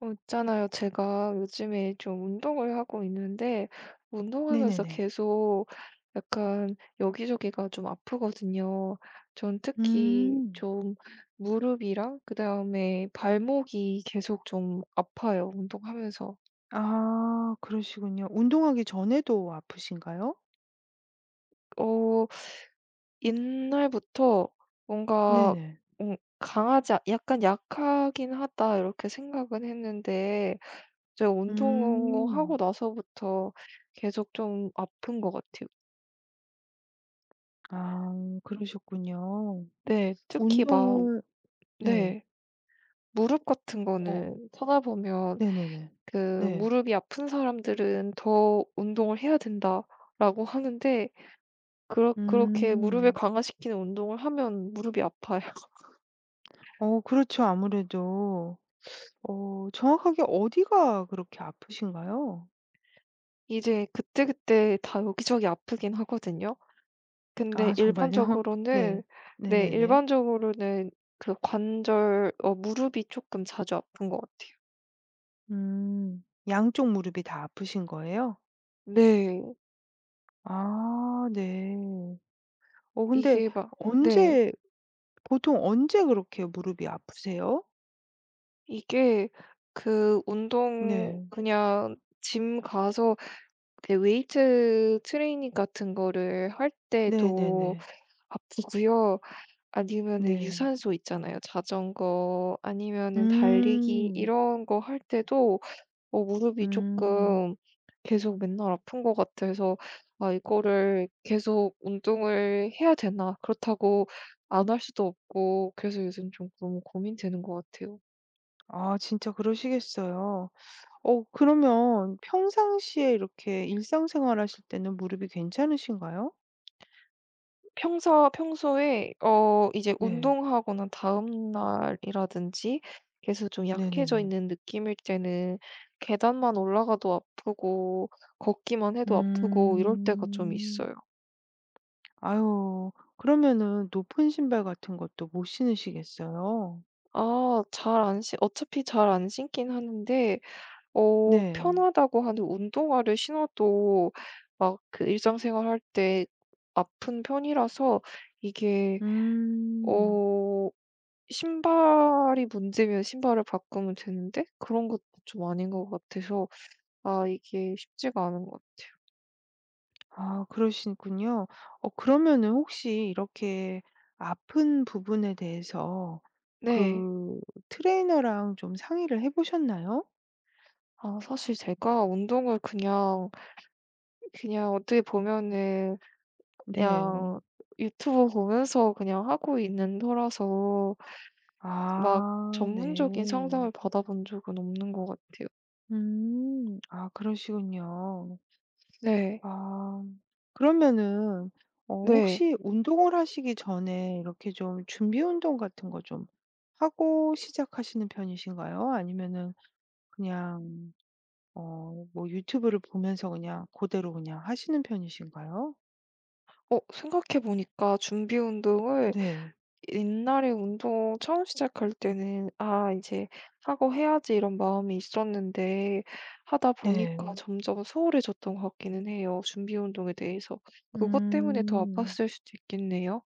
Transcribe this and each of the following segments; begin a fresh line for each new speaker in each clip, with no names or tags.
있잖아요. 제가 요즘에 좀 운동을 하고 있는데, 운동하면서
네네네.
계속 약간 여기저기가 좀 아프거든요. 전 특히
음.
좀 무릎이랑 그다음에 발목이 계속 좀 아파요. 운동하면서.
아 그러시군요. 운동하기 전에도 아프신가요?
어, 옛날부터 뭔가
네네.
약간 약하긴 하다 이렇게 생각은 했는데, 제가 운동 하고
음.
나서부터 계속 좀 아픈 것 같아요.
아 그러셨군요.
네. 특히 막.
운동을 네.
네. 무릎 같은
어
거는 찾아보면
네네네.
그
네.
"무릎이 아픈 사람들은 더 운동을 해야 된다."라고 하는데 그렇게 무릎을
음.
강화시키는 운동을 하면 무릎이 아파요.
그렇죠. 아무래도 정확하게 어디가 그렇게 아프신가요?
이제 그때그때 다 여기저기 아프긴 하거든요. 근데
아 정말요? 네. 네네네.
일반적으로는 그 관절 어 무릎이 조금 자주 아픈 것 같아요.
음. 양쪽 무릎이 다 아프신 거예요?
네.
아 네. 근데
이게 막. 네.
언제 보통 언제 그렇게 무릎이 아프세요?
이게 그 운동
네.
그냥 짐 가서 그 웨이트 트레이닝 같은 거를 할 때도
네네네.
아프고요. 아니면은
네.
유산소 있잖아요. 자전거 아니면은 달리기
음.
이런 거 할 때도 어 무릎이
음.
조금 계속 맨날 아픈 것 같아서 '아 이거를 계속 운동을 해야 되나?' 그렇다고 안 할 수도 없고 그래서 요즘 좀 너무 고민되는 것 같아요.
아 진짜 그러시겠어요. 그러면 평상시에 이렇게 일상생활 하실 때는 무릎이 괜찮으신가요?
평소에 어 이제
네.
운동하거나 다음 날이라든지 계속 좀 약해져
네네네.
있는 느낌일 때는 계단만 올라가도 아프고 걷기만 해도 아프고 이럴 때가 좀
음.
있어요.
아유 그러면은 높은 신발 같은 것도 못 신으시겠어요?
아 잘 안 신 어차피 잘 안 신긴 하는데 어
네.
편하다고 하는 운동화를 신어도 막 그 일상생활 할 때 아픈 편이라서 이게
음.
어 신발이 문제면 신발을 바꾸면 되는데 그런 것도 좀 아닌 것 같아서 아 이게 쉽지가 않은 것 같아요.
아 그러시군요. 그러면은 혹시 이렇게 아픈 부분에 대해서
네.
그 트레이너랑 좀 상의를 해 보셨나요?
아 사실 제가 운동을 그냥 그냥 어떻게 보면은
네.
그냥 유튜브 보면서 그냥 하고 있는 터라서 막
아
전문적인
네.
상담을 받아본 적은 없는 것 같아요.
음. 아 그러시군요.
네.
아. 그러면은
네.
혹시 운동을 하시기 전에 이렇게 좀 준비 운동 같은 거 좀 하고 시작하시는 편이신가요? 아니면은 그냥 뭐 유튜브를 보면서 그냥 그대로 그냥 하시는 편이신가요?
어 생각해 보니까 준비 운동을
네.
옛날에 운동 처음 시작할 때는 '아 이제 하고 해야지.' 이런 마음이 있었는데 하다 보니까
네.
점점 소홀해졌던 것 같기는 해요, 준비 운동에 대해서. 그것 때문에 더
음.
아팠을 수도 있겠네요.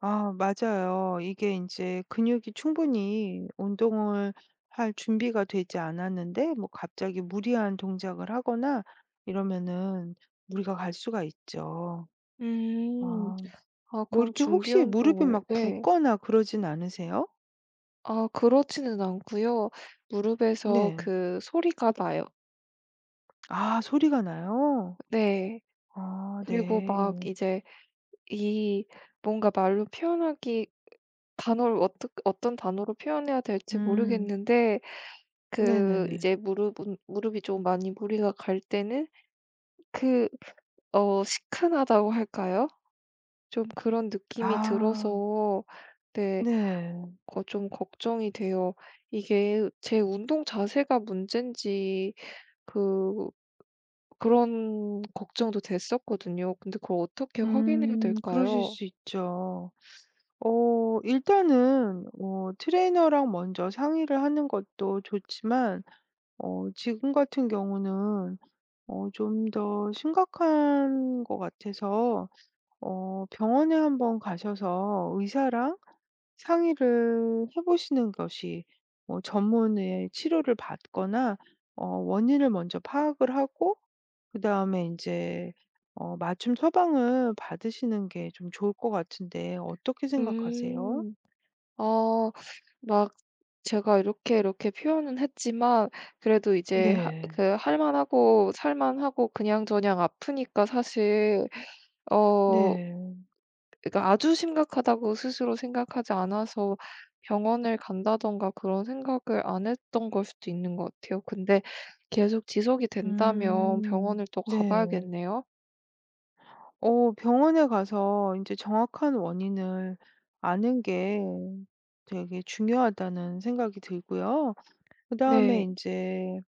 아 맞아요. 이게 이제 근육이 충분히 운동을 할 준비가 되지 않았는데 뭐 갑자기 무리한 동작을 하거나 이러면은 무리가 갈 수가 있죠.
음.
아
아
뭐
그럼
이렇게
준비
혹시 무릎이
운동을.
막
네.
붓거나 그러진 않으세요?
아 그렇지는 않고요. 무릎에서
네.
그 소리가 나요.
아 소리가 나요?
네.
아
그리고
네.
막 이제 이 뭔가 말로 표현하기 단어를 어떻 어떤 단어로 표현해야 될지
음.
모르겠는데 그
네네네.
이제 무릎이 좀 많이 무리가 갈 때는 그 어 시큰하다고 할까요? 좀 그런 느낌이
아
들어서. 네.
네.
거 좀 걱정이 돼요. 이게 제 운동 자세가 문제인지 그 그런 걱정도 됐었거든요. 근데 그걸 어떻게 확인해야
그러실
될까요?
수 있죠. 일단은 트레이너랑 먼저 상의를 하는 것도 좋지만 지금 같은 경우는 좀 더 심각한 것 같아서 병원에 한번 가셔서 의사랑 상의를 해 보시는 것이 전문의 치료를 받거나 원인을 먼저 파악을 하고 그다음에 인제 맞춤 처방을 받으시는 게 좀 좋을 것 같은데 어떻게 생각하세요?
음. 아. 막 제가 이렇게 표현은 했지만 그래도 이제 하
네.
그 할 만하고 살 만하고 그냥저냥 아프니까 사실 어
네.
그러니까 아주 심각하다고 스스로 생각하지 않아서 병원을 간다든가 그런 생각을 안 했던 걸 수도 있는 것 같아요. 근데 계속 지속이 된다면
음.
병원을 또 가
네.
봐야겠네요.
병원에 가서 인제 정확한 원인을 아는 게 되게 중요하다는 생각이 들고요. 그다음에
네.
인제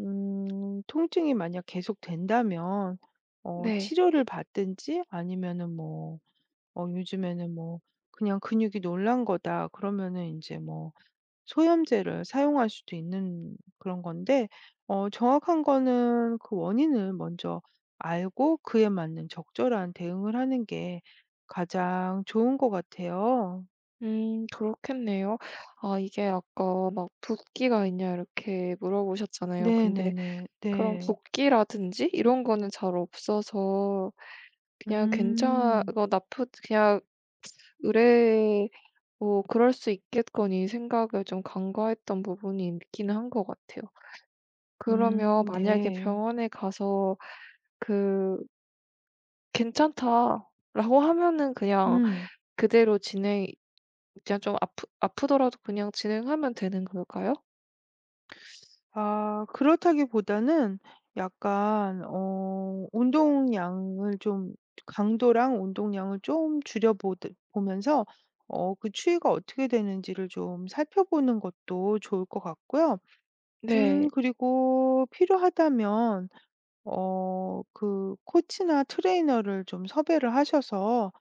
통증이 만약 계속된다면
네.
치료를 받든지 아니면은 뭐 요즘에는 뭐 그냥 근육이 놀란 거다 그러면은 이제 뭐 소염제를 사용할 수도 있는 그런 건데 정확한 거는 그 원인을 먼저 알고 그에 맞는 적절한 대응을 하는 게 가장 좋은 것 같아요.
그렇겠네요. 아 이게 아까 막 "붓기가 있냐?" 이렇게 물어보셨잖아요. 근데
네네네.
그런
네.
복기라든지 이런 거는 잘 없어서 그냥 괜찮
음.
어 나쁘 그냥 의뢰 뭐 '그럴 수 있겠거니.' 생각을 좀 간과했던 부분이 있기는 한 것 같아요. 그러면 만약에
네.
병원에 가서 그 "괜찮다."라고 하면은 그냥
음.
그대로 진행 그냥 좀 아프더라도 그냥 진행하면 되는 걸까요?
아 그렇다기보다는 약간 운동량을 좀 강도랑 운동량을 좀 줄여 보면서 그 추이가 어떻게 되는지를 좀 살펴보는 것도 좋을 것 같고요.
네.
그리고 필요하다면 어 그 코치나 트레이너를 좀 섭외를 하셔서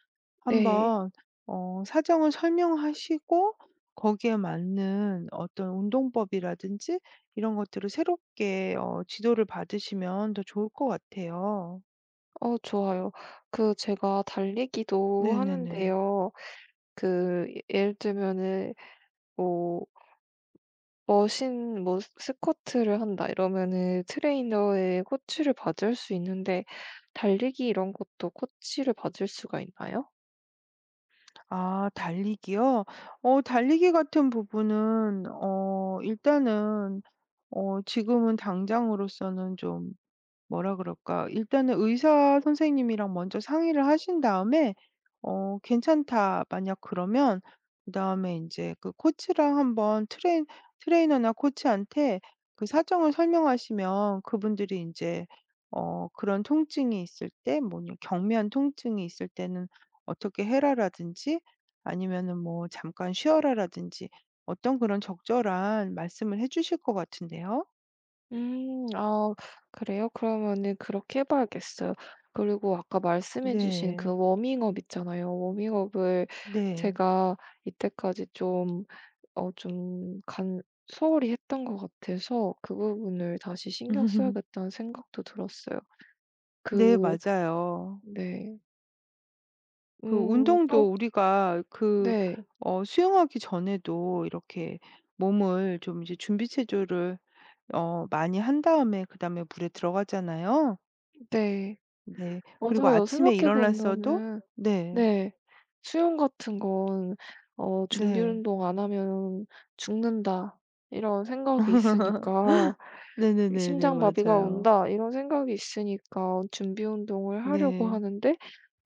네.
한번 사정을 설명하시고 거기에 맞는 어떤 운동법이라든지 이런 것들을 새롭게 지도를 받으시면 더 좋을 것 같아요.
어 좋아요. 그 제가 달리기도
네네네.
하는데요. 그 예를 들면은 뭐 머신 뭐 스 스쿼트를 한다 이러면은 트레이너의 코치를 받을 수 있는데 달리기 이런 것도 코치를 받을 수가 있나요?
아 달리기요? 달리기 같은 부분은 일단은 지금은 당장으로서는 좀 뭐라 그럴까? 일단은 의사 선생님이랑 먼저 상의를 하신 다음에 괜찮다 만약 그러면 그다음에 이제 그 코치랑 한번 트레인 트레이너나 코치한테 그 사정을 설명하시면 그분들이 이제 그런 통증이 있을 때 뭐냐 경미한 통증이 있을 때는 어떻게 해라라든지 아니면은 뭐 잠깐 쉬어라라든지 어떤 그런 적절한 말씀을 해 주실 것 같은데요.
음. 아 그래요? 그러면은 그렇게 해 봐야겠어요. 그리고 아까 말씀해 주신 그
네.
워밍업 있잖아요. 워밍업을
네.
제가 이때까지 좀 어 좀 간 소홀히 했던 것 같아서 그 부분을 다시 신경 써야겠다는 생각도 들었어요.
네
그.
맞아요.
네.
그
음
운동도
또.
우리가 그
네.
수영하기 전에도 이렇게 몸을 좀 이제 준비 체조를 많이 한 다음에 그다음에 물에 들어가잖아요.
네.
네. 그리고
맞아요.
아침에
생각해
일어났어도
보면은.
네.
네. 수영 같은 건 어 '준비
네.
운동 안 하면 죽는다.' 이런 생각이 있으니까
네네네네.
'심장 마비가
맞아요.
온다.' 이런 생각이 있으니까 준비 운동을 하려고
네.
하는데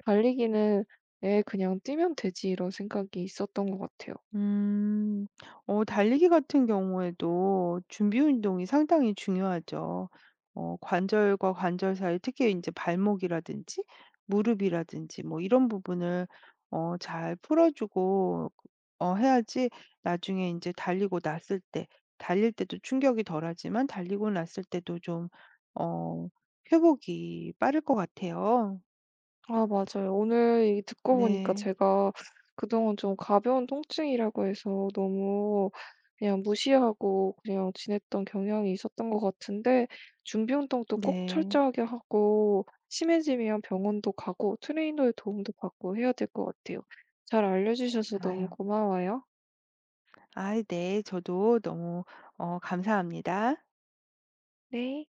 달리기는 에 그냥 뛰면 되지.' 이런 생각이 있었던 것 같아요.
음. 달리기 같은 경우에도 준비 운동이 상당히 중요하죠. 관절과 관절 사이 특히 이제 발목이라든지 무릎이라든지 뭐 이런 부분을 잘 풀어 주고 해야지 나중에 이제 달리고 났을 때 달릴 때도 충격이 덜하지만 달리고 났을 때도 좀 어 회복이 빠를 것 같아요.
아 맞아요. 오늘 얘기 듣고 보니까
네.
제가 그동안 좀 가벼운 통증이라고 해서 너무 그냥 무시하고 그냥 지냈던 경향이 있었던 것 같은데 준비 운동도 꼭
네.
철저하게 하고 심해지면 병원도 가고 트레이너의 도움도 받고 해야 될 것 같아요. 잘 알려주셔서 너무
아유.
고마워요.
아 네. 저도 너무 감사합니다.
네.